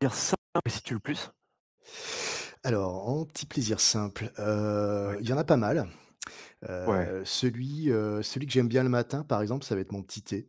Dire ça mais si tu le plus? Alors, en petit plaisir simple, Ouais, il y en a pas mal. ouais. Celui que j'aime bien le matin, par exemple, ça va être mon petit thé.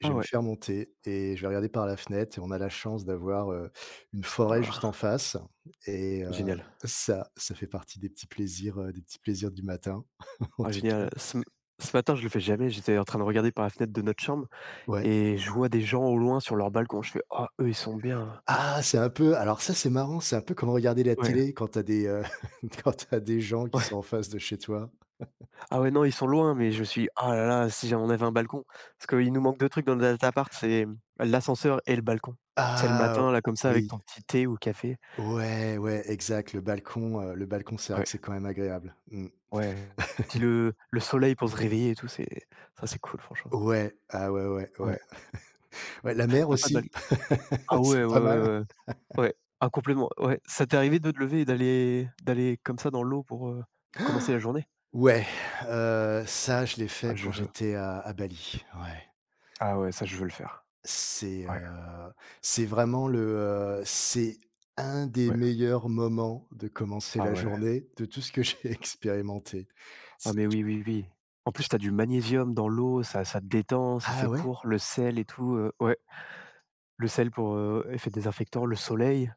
Je Ah vais me ouais. faire mon thé et je vais regarder par la fenêtre et on a la chance d'avoir, une Oh forêt là là, juste en face et génial. ça, ça fait partie des petits plaisirs du matin, en Ah tout cas. génial. Ce matin, je le fais jamais, j'étais en train de regarder par la fenêtre de notre chambre Ouais. et je vois des gens au loin sur leur balcon. Je fais: «Ah eux, ils sont bien». Ah, c'est un peu alors ça, c'est marrant, c'est un peu comme regarder la Ouais, télé quand tu as des, quand tu as des gens qui sont ouais. en face de chez toi. Ah ouais, non, ils sont loin, mais je me suis dit: «Ah là là, si on avait un balcon». Parce qu'il nous manque 2 trucs dans notre appart, c'est l'ascenseur et le balcon. C'est le Ah, matin là, comme ça, avec oui. ton petit thé ou café. Ouais, ouais, exact, le balcon, c'est vrai Ouais, que c'est quand même agréable. Mmh. ouais. Puis le soleil pour se réveiller et tout, c'est ça, c'est cool franchement. Ouais, ah ouais, ouais, Ouais. ouais. Ouais, la mer t'as pas de bal aussi, ah c'est ouais, ouais, pas ouais, mal. ouais. Ouais. Ah complètement, ouais. Ça t'est arrivé de te lever et d'aller comme ça dans l'eau pour, commencer la journée? Ouais, ça, je l'ai fait Ah je quand veux. j'étais à Bali, ouais. Ah ouais, ça je veux le faire. C'est, Ouais, heu, c'est vraiment le, c'est un des ouais. meilleurs moments de commencer Ah la ouais. journée de tout ce que j'ai expérimenté. Ah C'est mais oui, oui, oui. En plus, tu as du magnésium dans l'eau, ça te détend, c'est Ah fait ouais? pour. Le sel et tout, ouais. Le sel pour, effet désinfectant, le soleil,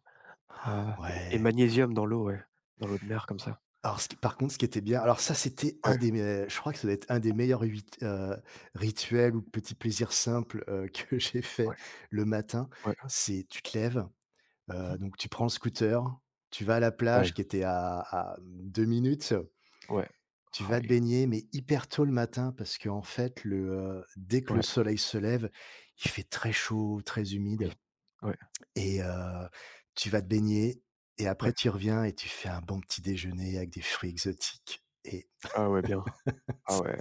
heu et Ouais. magnésium dans l'eau, ouais. Dans l'eau de mer comme ça. Alors ce qui par contre, ce qui était bien alors ça, c'était un Ouais, des me je crois que ça doit être un des meilleurs huit rituels ou petits plaisirs simples, que j'ai fait ouais, le matin. ouais. C'est tu te lèves, Mmh mh. donc tu prends le scooter, tu vas à la plage Ouais, qui était à minutes, ouais. tu vas te Aïe. baigner, mais hyper tôt le matin parce que en fait dès que le Ouais, soleil se lève, il fait très chaud, très oui. humide Ouais, et tu vas te baigner et ouais. après tu reviens et tu fais un bon petit déjeuner avec des fruits exotiques et Ah ouais, bien. Ah ouais.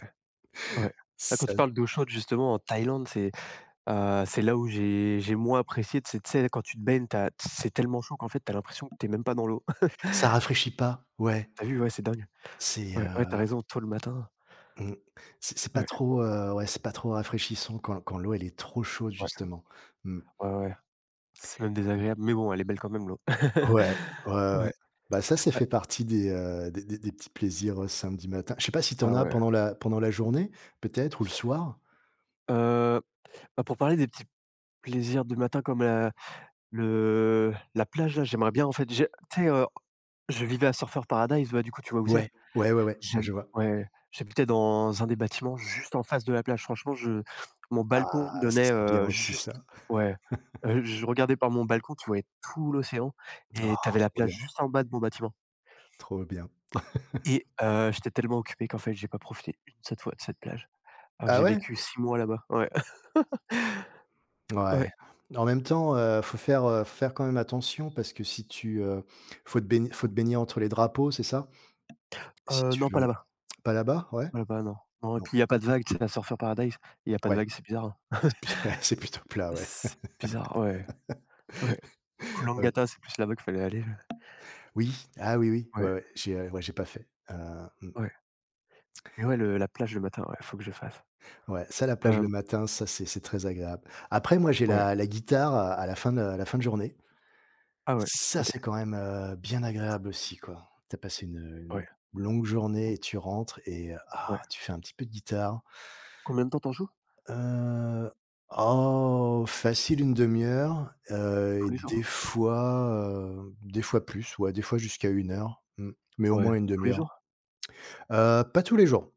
Ouais. Ah, quand tu Ça parles d'eau chaude justement en Thaïlande, c'est là où j'ai moins apprécié. C'est tu sais, quand tu te baignes, tu c'est tellement chaud qu'en fait, t'as l'impression que t'es même pas dans l'eau. ça rafraîchit pas, ouais, T'as vu? Ouais, c'est dingue. c'est, Ouais, ouais, t'as raison, tôt le matin. mmh, c'est pas Ouais, trop, ouais, c'est pas trop rafraîchissant quand l'eau, elle est trop chaude ouais, justement. Mmh. ouais, ouais. C'est même désagréable, mais bon, elle est belle quand même l'eau. Ouais, ouais, ouais. Ouais. Bah, ça Bah fait partie des petits plaisirs, samedi matin. Je sais pas si tu en ah as ouais. pendant la journée peut-être ou le soir? Heu, Bah, pour parler des petits plaisirs du matin comme la plage là, j'aimerais bien en fait j'ai tu sais, je vivais à Surfer Paradise, bah, du coup, tu vois où c'est? Ouais, ouais, ouais, ouais, je J'habi vois. ouais, j'habitais dans un des bâtiments juste en face de la plage. Franchement, je mon Ah, balcon ça, donnait, c'est bien aussi juste ça. ouais, je regardais par mon balcon, tu voyais tout l'océan et tu Oh, avais la trop plage bien, juste en bas de mon bâtiment trop bien. et j'étais tellement occupé qu'en fait, j'ai pas profité une seule fois de cette plage, alors que Ah j'ai ouais? vécu 6 mois là-bas. Ouais. Ouais. Ouais. En même temps, faut faire quand même attention parce que si tu, faut te baigner faut te Mmh. baigner entre les drapeaux, c'est ça? Si Non, tu pas veux là-bas, pas là-bas? Ouais? pas là-bas, non. Non et Non. puis il y a pas de vagues. C'est Sais, à Surfer Paradise, il y a pas de Ouais. vagues, c'est bizarre, hein? C'est plutôt Ouais, c'est plutôt plat, ouais. C'est bizarre, ouais, ouais. Koh Ouais. Lanta, c'est plus là-bas qu'il fallait aller. Oui. Ah oui, oui. Ouais, Ouais, ouais. Ouais, j'ai pas fait. Mmh. ouais. Mais ouais, le la plage le matin, ouais, faut que je fasse. Ouais, ça, la plage le Hem, matin, ça, c'est très agréable. Après, moi, j'ai ouais. la guitare à la fin de à la fin de journée. Ah ouais, Ça, OK. c'est quand même, bien agréable aussi, quoi. T'as passé une, Ouais, une longue journée et tu rentres et ah, ouais. tu fais un petit peu de guitare. Combien de temps t'en joues? Heu, oh, facile une demi heure, et Tous les des jours? fois, heu, des fois plus, ouais, des fois jusqu'à une heure, mais au Ouais. moins une Tous demi les heure. jours? Pas tous les jours,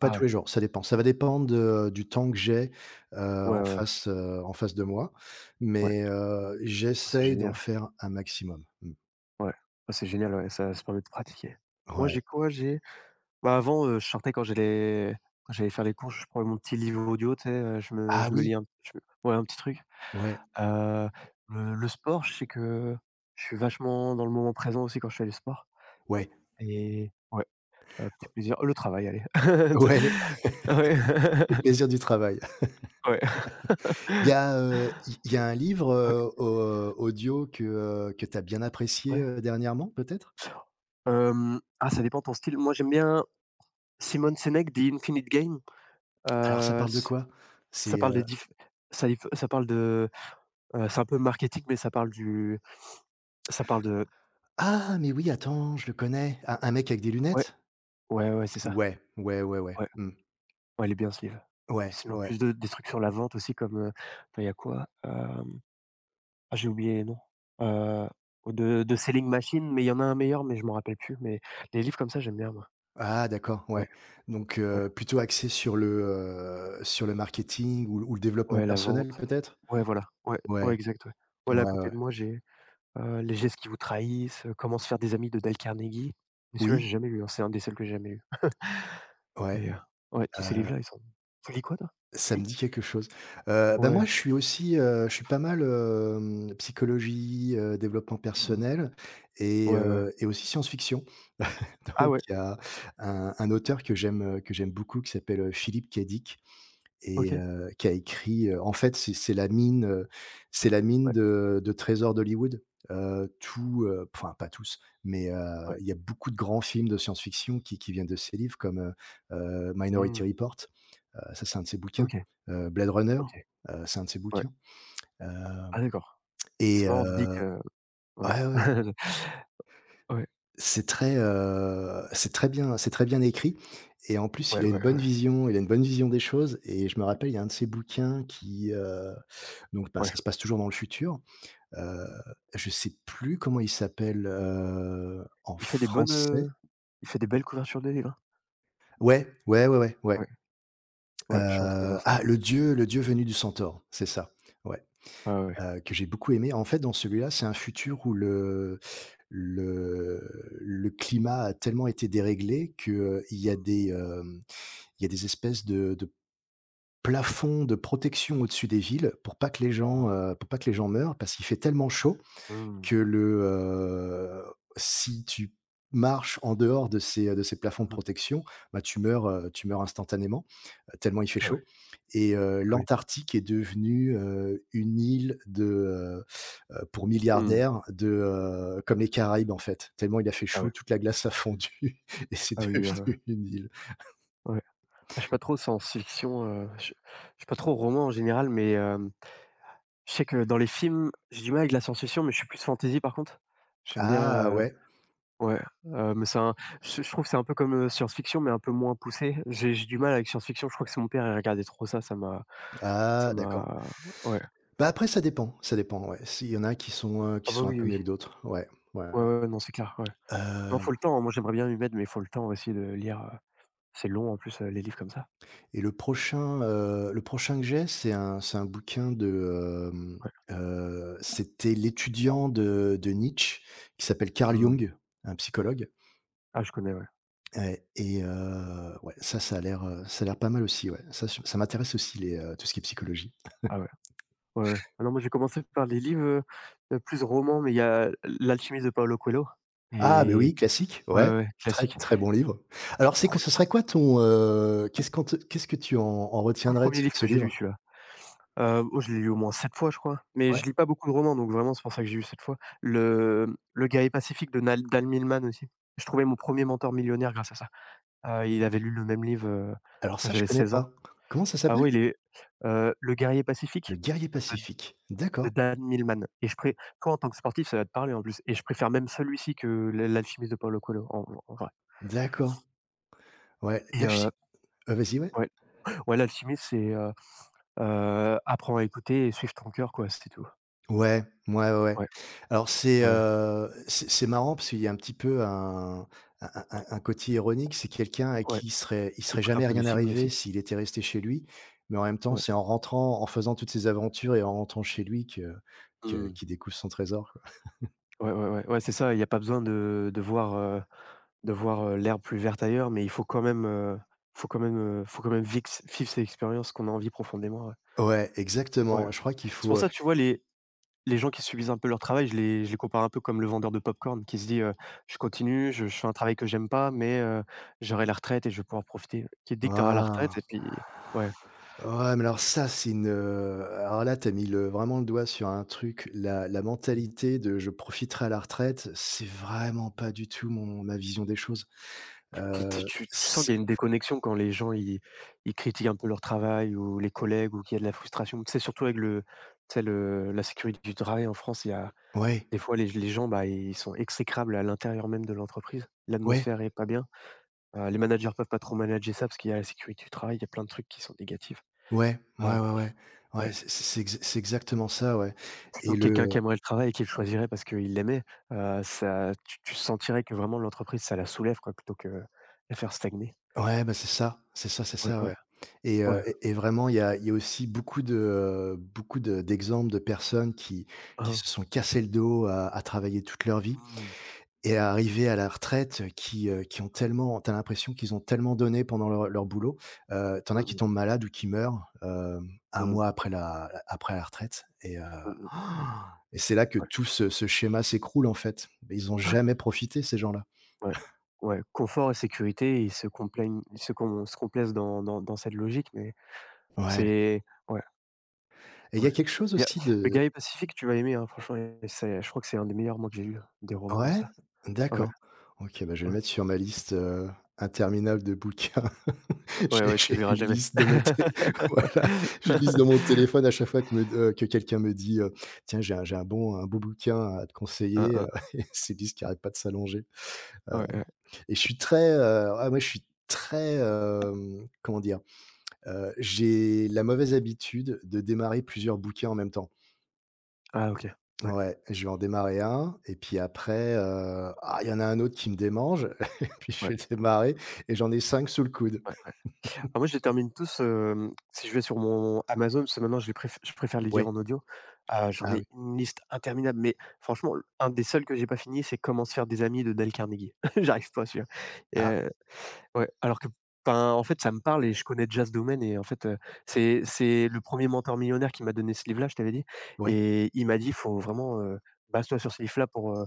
pas Ah tous ouais. les jours, ça dépend. Ça va dépendre de du temps que j'ai, Ouais, ouais, ouais. En face de moi, Ouais. mais Ah c'est j'essaye d'en génial. faire un maximum. Mmh, Ouais. Ah c'est génial, ouais, ça permet de pratiquer. Moi, ouais. j'ai quoi? J'ai bah, avant, je sortais quand j'allais faire les courses, je prenais mon petit livre audio, tu sais, je me Ah je me oui, lis un je me ouais, un petit truc. ouais, Heu, le sport, je sais que je suis vachement dans le moment présent aussi quand je fais du sport ouais, et ouais, petit plaisir. Oh, le travail, allez. ouais, Ouais. le plaisir du travail. Ouais, Il y a un livre, ouais. Au audio que tu as bien apprécié, Ouais, dernièrement, peut-être? Ah, ça dépend de ton style. Moi, j'aime bien Simon Sinek, The Infinite Game. Alors ça parle de S quoi? ça C'est, parle de heu diff ça parle de, c'est un peu marketing, mais ça parle du ça parle de ah, mais oui, attends, je le connais. Un mec avec des ouais, lunettes? ouais, ouais, c'est ça. Ouais, ouais, ouais, ouais. Ouais, Mmh. ouais, il est bien ce livre. Ouais, Sinon ouais. plus de des trucs sur la vente aussi comme, attends, il y a quoi? Ah, j'ai oublié les noms. Heu, de Selling Machine, mais il y en a un meilleur, mais je m'en rappelle plus. Mais les livres comme ça, j'aime bien moi. Ah d'accord, Ouais, ouais. Donc, ouais, plutôt axé sur le marketing ou le développement ouais, la vente. personnel peut-être? Ouais, voilà. Ouais, ouais, Ouais, exact, ouais. Ouais, là à ouais, côté ouais. de moi, j'ai les gestes qui vous trahissent, comment se faire des amis de Dale Carnegie. Mais celui-là, j'ai Oui, jamais lu, hein, c'est un des seuls que j'ai jamais lu ouais, et ouais, tous ces euh, livres-là, ils sont tu lis quoi toi? Tu ça lis? me dit quelque chose. Bah, Ouais. moi, je suis aussi, je suis pas mal, psychologie, développement Mmh. personnel et Ouais, ouais. heu et aussi science-fiction. Ah Donc ouais, il y a un auteur que j'aime beaucoup qui s'appelle, Philip K. Dick et OK. Qui a écrit, en fait, c'est la mine Ouais, de trésors d'Hollywood. Tout, enfin pas tous, mais ouais. il y a beaucoup de grands films de science-fiction qui viennent de ses livres comme, Minority Mmh. Report. Ça, c'est un de ses bouquins. OK, Blade Runner, OK. C'est un de ses Ouais. bouquins. Heu Ah d'accord. C'est et marrant, Dick, ouais. ouais, ouais, Ouais, c'est très bien écrit et en plus, il ouais, a une ouais, bonne ouais, vision des choses et je me rappelle, il y a un de ses bouquins qui, donc bah, ça ouais. se passe toujours dans le futur. Heu, je sais plus comment il s'appelle, en Il fait des bonnes, français. Il fait des belles couvertures de livres, hein. Ouais, ouais, ouais, ouais, ouais. Ouais, ouais, je suis en train de voir ça. Ah, le dieu venu du centaure, c'est ça, ouais. Ah ouais. Que j'ai beaucoup aimé. En fait, dans celui-là, c'est un futur où le le climat a tellement été déréglé que, il y a Mmh. des, hem, il y a des espèces de plafonds de protection au-dessus des villes Mmh mh. Pour pas que les gens meurent parce qu'il fait tellement chaud Mmh. que le si tu marches en dehors de ces plafonds de protection, bah, tu meurs instantanément, tellement il fait Ah ouais. chaud et Ah oui. l'Antarctique est devenue, une île pour Mmh. milliardaires comme les Caraïbes, en fait, tellement il a fait Ah chaud, ouais. toute la glace a fondu et c'est Ah oui, ouais, ouais. devenu une île. Ouais. Ah, je suis pas trop science-fiction, je suis pas trop roman en général, mais, je sais que dans les films, j'ai du mal avec la science-fiction, mais je suis plus fantasy par contre. J'aime bien, Ah heu, ouais, ouais, mais c'est un je trouve que c'est un peu comme, science-fiction, mais un peu moins poussé. J'ai du mal avec science-fiction, je crois que c'est mon père, il regardait trop ça, ça ah d'accord. m'a ouais. Bah, après ça dépend, ouais. S'il y en a qui sont, heu, Ah qui bah, sont un oui, peu oui. mieux que d'autres. Ouais, ouais, ouais. Ouais, ouais, ouais, non, c'est clair, ouais. Non, faut le temps, hein. Moi j'aimerais bien m'y mettre, mais faut le temps aussi de lire, c'est long en plus, les livres comme ça. Et le prochain que j'ai, c'est un bouquin. Ouais. C'était l'étudiant de Nietzsche qui s'appelle Carl Mmh. Jung, un psychologue Ah, je connais, ouais. et ouais, ça, ça a l'air pas mal aussi, ouais. Ça m'intéresse aussi tout ce qui est psychologie. Ah ouais. Ouais, ouais. Ah non, moi j'ai commencé par les livres, plus romans, mais il y a L'Alchimiste de Paolo Coelho Ah beh, oui, et classique, ouais, ouais, ouais, ouais, très, classique. très bon livre. Alors c'est que Pro ce Tout, serait quoi qu'est-ce qu'on te qu'est-ce que tu en retiendrais tout de un ce de livre ce que j'ai lu livre? celui-là. Oh je l'ai lu au moins 7 fois je crois, mais je Ouais? lis pas beaucoup de romans, donc vraiment c'est pour ça que j'ai lu 7 fois. Le Guerrier Pacifique de Nal Dal Milman aussi. Je trouvais mon premier mentor millionnaire grâce à ça. Il avait lu le même livre, Alors quand ça, je j'avais connais 16 ans. pas. Comment ça Ah s'appelle? ouais, il est, Le Guerrier Pacifique «Le guerrier pacifique». de D'accord, Dan Millman et je pré toi, en tant que sportif, ça va te parler en plus et je préfère même celui-ci que l'Alchimiste de Paulo Coelho en vrai d'accord. Ouais, et là je suis vas-y, ouais. ouais, ouais, l'Alchimiste, c'est, apprends à écouter et suivre ton cœur, quoi, c'est tout. Ouais, ouais, ouais, ouais. Ouais, Alors c'est, ouais, heu, c'est c'est marrant parce qu'il y a un petit peu un côté ironique. C'est quelqu'un à ouais, qui il serait écoute un jamais peu les rien signes arrivé aussi. s'il était resté chez lui, mais en même temps, Ouais. c'est en rentrant, en faisant toutes ces aventures et en rentrant chez lui que Mmh. qu'il découvre son trésor, quoi. Ouais, ouais, ouais, ouais, c'est ça, il y a pas besoin de voir, de voir, l'herbe plus verte ailleurs, mais il faut quand même vix vivre ces expériences qu'on a envie profondément, ouais. Ouais, Ouais. exactement. Je crois qu'il C'est pour faut, ça, tu vois, les gens qui subissent un peu leur travail, je les compare un peu comme le vendeur de popcorn qui se dit, «Je continue, je fais un travail que j'aime pas, mais j'aurai la retraite et je vais pouvoir profiter». Qui dit que tu auras la waouh! retraite et puis ouais. Ouais, mais alors ça, c'est alors là, t'as mis le vraiment le doigt sur un truc, la mentalité de «je profiterai à la retraite», c'est vraiment pas du tout mon ma vision des choses. Tu tu tu tu sens C qu'il y a une déconnexion quand les gens ils critiquent un peu leur travail ou les collègues ou qu'il y a de la frustration. Tu sais, surtout avec le tu sais le la sécurité du travail en France, il y a Ouais, des fois les gens, bah, ils sont exécrables à l'intérieur même de l'entreprise. ouais, L'atmosphère est pas bien. Les managers peuvent pas trop manager ça parce qu'il y a la sécurité du travail, il y a plein de trucs qui sont négatifs. ouais, ouais, Ah, ouais, ouais, ouais. ouais, c'est exactement ça, ouais et Plutôt quelqu'un qui le aimerait le travail et qui le choisirait parce qu'il l'aimait, ça tu sentirais que vraiment l'entreprise, ça la soulève quoi, plutôt que la faire stagner. ouais, bah, c'est ça, c'est ça, c'est Ouais, ça, ouais, ouais et heu ouais. et et vraiment, il y a aussi beaucoup de d'exemples de personnes qui Hein. se sont cassé le dos à travailler toute leur vie Mmh. et à arriver à la retraite, qui ont tellement t'as l'impression qu'ils ont tellement donné pendant leur boulot, tu as Mmh qui mh. tombent malades ou qui meurent, 1 Mmh. mois après la retraite Mmh. et c'est là que Ouais, tout ce schéma s'écroule, en fait. Ils ont jamais profité ces gens-là. ouais. Ouais, confort et sécurité, ils se complaisent dans cette logique, mais Ouais c'est ouais, et il y ouais. a quelque chose Il y a aussi le de Guerrier Pacifique, tu vas aimer, hein, franchement et c'est je crois que c'est un des meilleurs mots que j'ai lu, des romans comme ouais? ça. Ouais, D'accord. OK, bah, je vais le ouais. mettre sur ma liste, interminable de bouquins. Ouais, J'ai ouais, tu j'ai le verras une jamais. liste dans mon té voilà, j'ai une liste dans mon téléphone à chaque fois que quelqu'un me dit, «Tiens, j'ai un bon un beau bouquin à te Hein, conseiller», hein. Et ces listes qui n'arrête pas de s'allonger, heu, Ouais, ouais. et je suis très, moi, je suis très, comment dire? J'ai la mauvaise habitude de démarrer plusieurs bouquins en même temps. Ah OK. Ouais, Ouais, je vais en démarrer un et puis après, ah, il y en a un autre qui me démange et puis je ouais, vais démarrer et j'en ai 5 sous le coude. ouais. Ah moi je les termine tous, si je vais sur mon Amazon, parce que maintenant je préfère les Ouais, lire en audio. Ah j'en ah oui, ai une liste interminable, mais franchement, un des seuls que j'ai pas fini, c'est Comment se faire des amis de Dale Carnegie. J'arrive pas à suivre. Et ah, ouais, alors que enfin, en fait, ça me parle et je connais déjà ce domaine et en fait, c'est le premier mentor millionnaire qui m'a donné ce livre-là, je t'avais dit ouais. et il m'a dit: «Faut vraiment, base-toi sur ce livre-là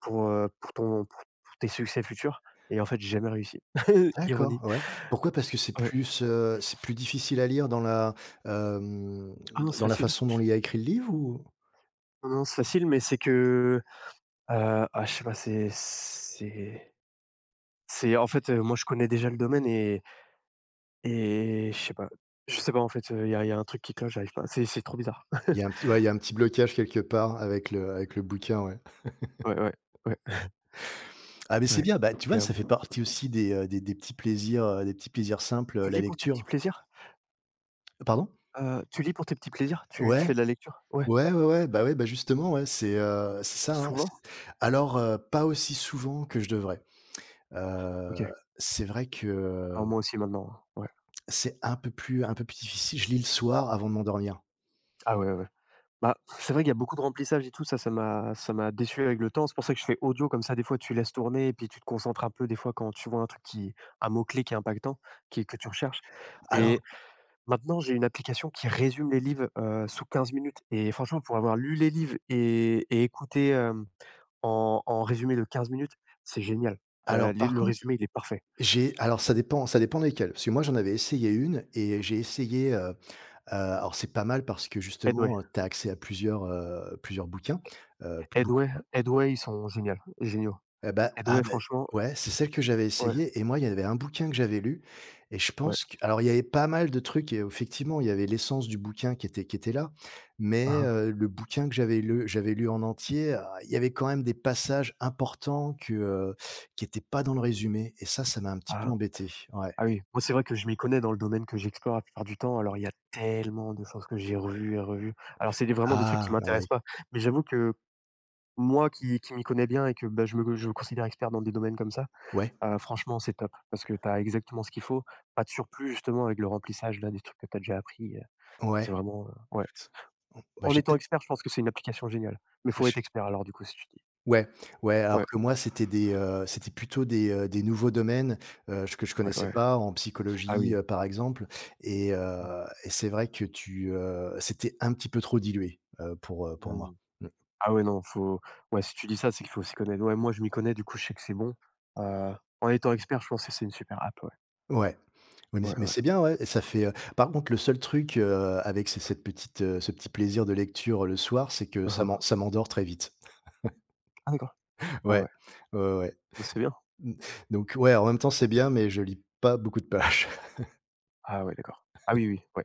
pour ton pour tes succès futurs» et en fait, j'ai jamais réussi. D'accord, Ironie. ouais. Pourquoi? Parce que c'est Ouais. plus, heu, c'est plus difficile à lire hem, Ah non, c'est dans la facile. façon dont il a écrit le livre ou? Non, non, c'est facile, mais c'est que, ah, je sais pas, c'est en fait, moi, je connais déjà le domaine et je sais pas, en fait, il y a un truc qui cloche, j'arrive pas. C'est trop bizarre. Il y a un petit Ouais, il y a un petit blocage quelque part avec le bouquin, ouais. Ouais, ouais, ouais, Ah mais c'est ouais bien, bah, tu et vois, ça fait partie aussi des petits plaisirs simples, tu la lis pour tes petits lecture. plaisirs? Pardon? Tu lis pour tes petits plaisirs? Tu Ouais, fais de la lecture? Ouais. ouais, ouais, ouais, bah, justement, ouais, c'est ça, hein, Souvent? Pas aussi souvent que je devrais. OK. Heu, c'est vrai que, Ah, moi aussi maintenant, ouais. c'est un peu plus difficile. Je lis le soir avant de m'endormir. Ah ouais, ouais. Ouais. Bah, c'est vrai qu'il y a beaucoup de remplissage et tout, ça m'a déçu avec le temps. C'est pour ça que je fais audio, comme ça des fois tu laisses tourner et puis tu te concentres un peu des fois quand tu vois un mot-clé qui est impactant, qui que tu recherches. Alors Mais maintenant, j'ai une application qui résume les livres, sous 15 minutes et franchement pour avoir lu les livres et écouté, en résumé de 15 minutes, c'est génial. Alors Les par le contre, résumé, il est parfait. j'ai alors ça dépend desquelles. Parce que moi j'en avais essayé une et alors c'est pas mal parce que Edway, justement, tu as accès à plusieurs bouquins, beaucoup Edway, ils sont géniaux géniaux. Eh bah, ah Edway ben franchement ouais, c'est celle que j'avais ouais, essayée et moi, il y avait un bouquin que j'avais lu et je ouais. pense que alors il y avait pas mal de trucs et effectivement, il y avait l'essence du bouquin qui était là, mais Mmh. Le bouquin que j'avais lu en entier, ah, il y avait quand même des passages importants qui étaient pas dans le résumé et ça m'a un petit peu Ah. embêté. Ouais. Ah oui, moi c'est vrai que je m'y connais dans le domaine que j'explore la plupart du temps, alors il y a tellement de choses que j'ai revues et revues. Alors c'est des vraiment des trucs qui Ah, bah, ouais. m'intéressent pas, mais j'avoue que moi qui m'y connais bien et que, bah, je me considère expert dans des domaines comme ça, Ouais, franchement c'est top parce que tu as exactement ce qu'il faut, pas de surplus justement avec le remplissage là des trucs que tu as déjà appris, c'est ouais. vraiment, ouais, c Bah, en j'ai étant peut-être expert, je pense que c'est une application géniale, mais faut être expert alors du coup si tu dis. Ouais, ouais, alors Ouais, que moi, c'était plutôt des nouveaux domaines, que je ouais, connaissais ouais. pas en Ah psychologie, oui. Par exemple et Mmh. heu et c'est vrai que c'était un petit peu trop dilué, pour moi. Mmh. Mmh. Ah ouais, non, faut ouais, si tu dis ça, c'est qu'il faut s'y connaître. Ouais, moi, je m'y connais, du coup, je sais que c'est bon. Heu, En étant expert, je pense que c'est une super app, ouais. Ouais. Ouais, mais Ouais, mais ouais. c'est bien, ouais, par contre, le seul truc, avec c'est ce petit plaisir de lecture, le soir, c'est que ça m'en Mmh. ça m'endort très vite. Ah d'accord. Ah Ouais. ouais. Ouais, ouais, ouais. Oh, c'est bien. Mmh, donc ouais, en même temps, c'est bien, mais je lis pas beaucoup de pages. Ah ouais, d'accord. Ah oui, oui, ouais.